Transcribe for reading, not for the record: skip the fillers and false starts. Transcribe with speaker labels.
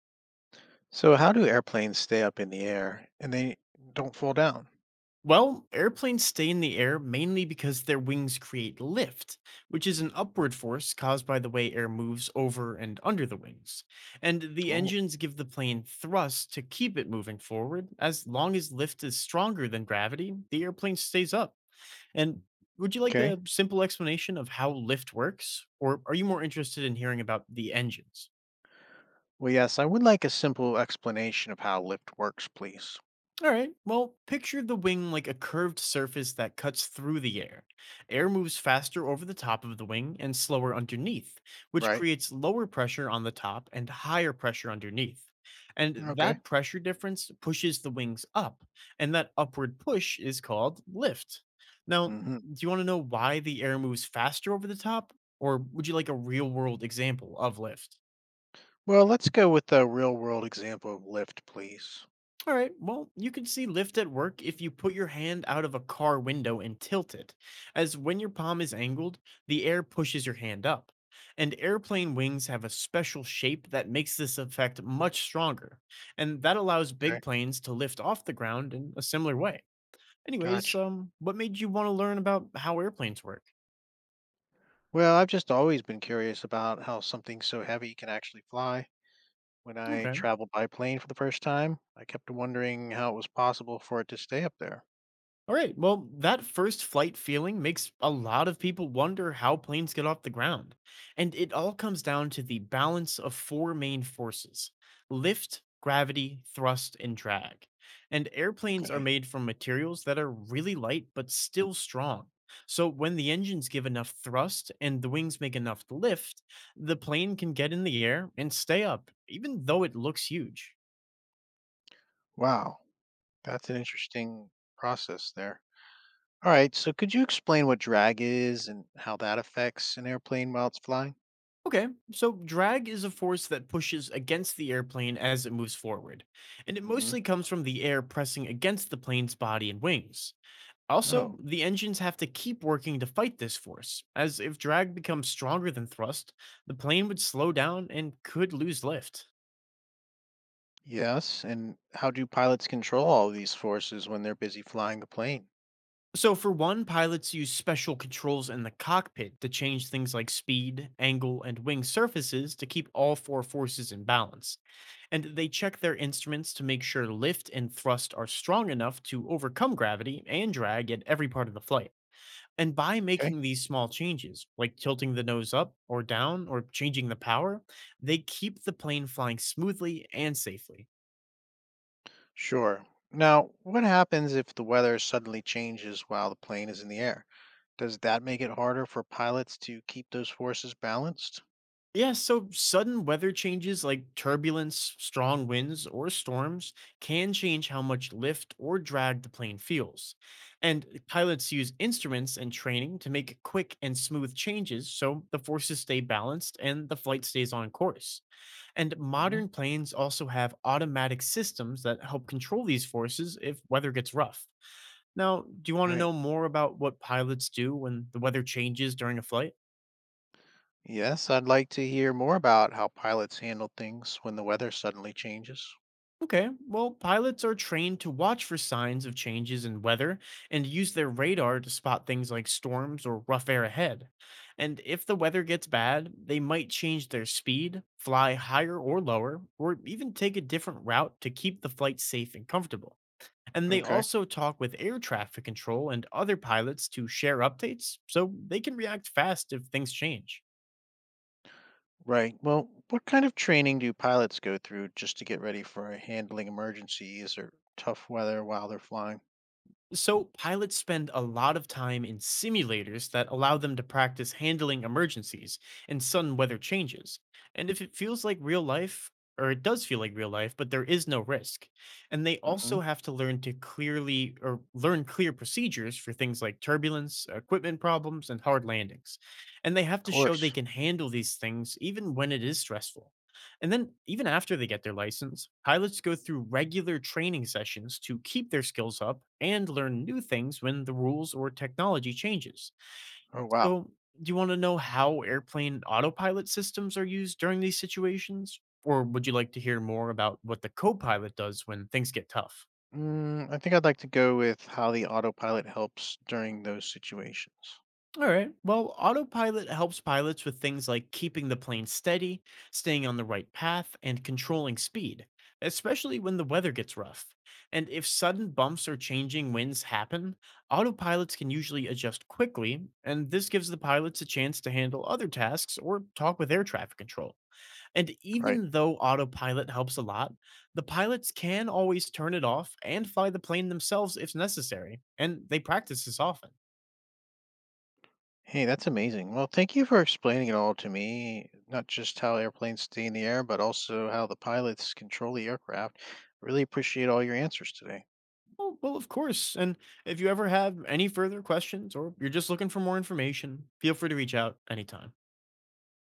Speaker 1: So how do airplanes stay up in the air and they don't fall down?
Speaker 2: Well, airplanes stay in the air mainly because their wings create lift, which is an upward force caused by the way air moves over and under the wings. And the
Speaker 1: Oh.
Speaker 2: engines give the plane thrust to keep it moving forward. As long as lift is stronger than gravity, the airplane stays up. And would you like
Speaker 1: Okay.
Speaker 2: a simple explanation of how lift works? Or are you more interested in hearing about the engines?
Speaker 1: Well, yes, I would like a simple explanation of how lift works, please.
Speaker 2: All right. Well, picture the wing like a curved surface that cuts through the air. Air moves faster over the top of the wing and slower underneath, which
Speaker 1: Right.
Speaker 2: creates lower pressure on the top and higher pressure underneath. And
Speaker 1: Okay.
Speaker 2: that pressure difference pushes the wings up, and that upward push is called lift. Now,
Speaker 1: Hmm.
Speaker 2: do you want to know why the air moves faster over the top, or would you like a real world example of lift?
Speaker 1: Well, let's go with a real world example of lift, please.
Speaker 2: All right, well, you can see lift at work if you put your hand out of a car window and tilt it, as when your palm is angled, the air pushes your hand up. And airplane wings have a special shape that makes this effect much stronger, and that allows big
Speaker 1: Okay.
Speaker 2: planes to lift off the ground in a similar way. Anyways,
Speaker 1: Gotcha.
Speaker 2: what made you want to learn about how airplanes work?
Speaker 1: Well, I've just always been curious about how something so heavy can actually fly. When I
Speaker 2: Okay.
Speaker 1: traveled by plane for the first time, I kept wondering how it was possible for it to stay up there.
Speaker 2: All right. Well, that first flight feeling makes a lot of people wonder how planes get off the ground. And it all comes down to the balance of four main forces lift, gravity, thrust, and drag. And airplanes are
Speaker 1: Okay.
Speaker 2: made from materials that are really light but still strong. So when the engines give enough thrust and the wings make enough lift, the plane can get in the air and stay up, even though it looks huge.
Speaker 1: Wow. That's an interesting process there. All right, so could you explain what drag is and how that affects an airplane while it's flying?
Speaker 2: Okay, so drag is a force that pushes against the airplane as it moves forward, and it
Speaker 1: Hmm.
Speaker 2: mostly comes from the air pressing against the plane's body and wings. Also,
Speaker 1: Oh,
Speaker 2: the engines have to keep working to fight this force, as if drag becomes stronger than thrust, the plane would slow down and could lose lift.
Speaker 1: yes. And how do pilots control all these forces when they're busy flying the plane?
Speaker 2: So, for one, pilots use special controls in the cockpit to change things like speed, angle, and wing surfaces to keep all four forces in balance. And they check their instruments to make sure lift and thrust are strong enough to overcome gravity and drag at every part of the flight. And by
Speaker 1: Okay,
Speaker 2: making these small changes, like tilting the nose up or down or changing the power, they keep the plane flying smoothly and safely.
Speaker 1: sure. Now, what happens if the weather suddenly changes while the plane is in the air? Does that make it harder for pilots to keep those forces balanced?
Speaker 2: Yeah, so sudden weather changes like turbulence, strong winds, or storms can change how much lift or drag the plane feels. And pilots use instruments and training to make quick and smooth changes so the forces stay balanced and the flight stays on course. And
Speaker 1: Hmm.
Speaker 2: modern planes also have automatic systems that help control these forces if weather gets rough. Now, do you want to
Speaker 1: Right.
Speaker 2: know more about what pilots do when the weather changes during a flight?
Speaker 1: Yes, I'd like to hear more about how pilots handle things when the weather suddenly changes.
Speaker 2: Okay, well, pilots are trained to watch for signs of changes in weather and use their radar to spot things like storms or rough air ahead. And if the weather gets bad, they might change their speed, fly higher or lower, or even take a different route to keep the flight safe and comfortable. And they
Speaker 1: Okay.
Speaker 2: also talk with air traffic control and other pilots to share updates so they can react fast if things change.
Speaker 1: Right. Well, what kind of training do pilots go through just to get ready for handling emergencies or tough weather while they're flying?
Speaker 2: So, pilots spend a lot of time in simulators that allow them to practice handling emergencies and sudden weather changes. And if it feels like real life, or it does feel like real life, but there is no risk. And they also
Speaker 1: Hmm.
Speaker 2: have to learn clear procedures for things like turbulence, equipment problems, and hard landings. And they have
Speaker 1: Of
Speaker 2: to show they
Speaker 1: course.
Speaker 2: can handle these things even when it is stressful. And then, even after they get their license, pilots go through regular training sessions to keep their skills up and learn new things when the rules or technology changes.
Speaker 1: Oh, wow.
Speaker 2: So, do you want to know how airplane autopilot systems are used during these situations? Or would you like to hear more about what the co pilot does when things get tough?
Speaker 1: Mm, I think I'd like to go with how the autopilot helps during those situations.
Speaker 2: All right. Well, autopilot helps pilots with things like keeping the plane steady, staying on the right path, and controlling speed, especially when the weather gets rough. And if sudden bumps or changing winds happen, autopilots can usually adjust quickly, and this gives the pilots a chance to handle other tasks or talk with air traffic control. And
Speaker 1: Right.
Speaker 2: even though autopilot helps a lot, the pilots can always turn it off and fly the plane themselves if necessary, and they practice this often.
Speaker 1: Hey, that's amazing. Well, thank you for explaining it all to me, not just how airplanes stay in the air, but also how the pilots control the aircraft. Really appreciate all your answers today.
Speaker 2: Oh, well, of course. And if you ever have any further questions or you're just looking for more information, feel free to reach out anytime.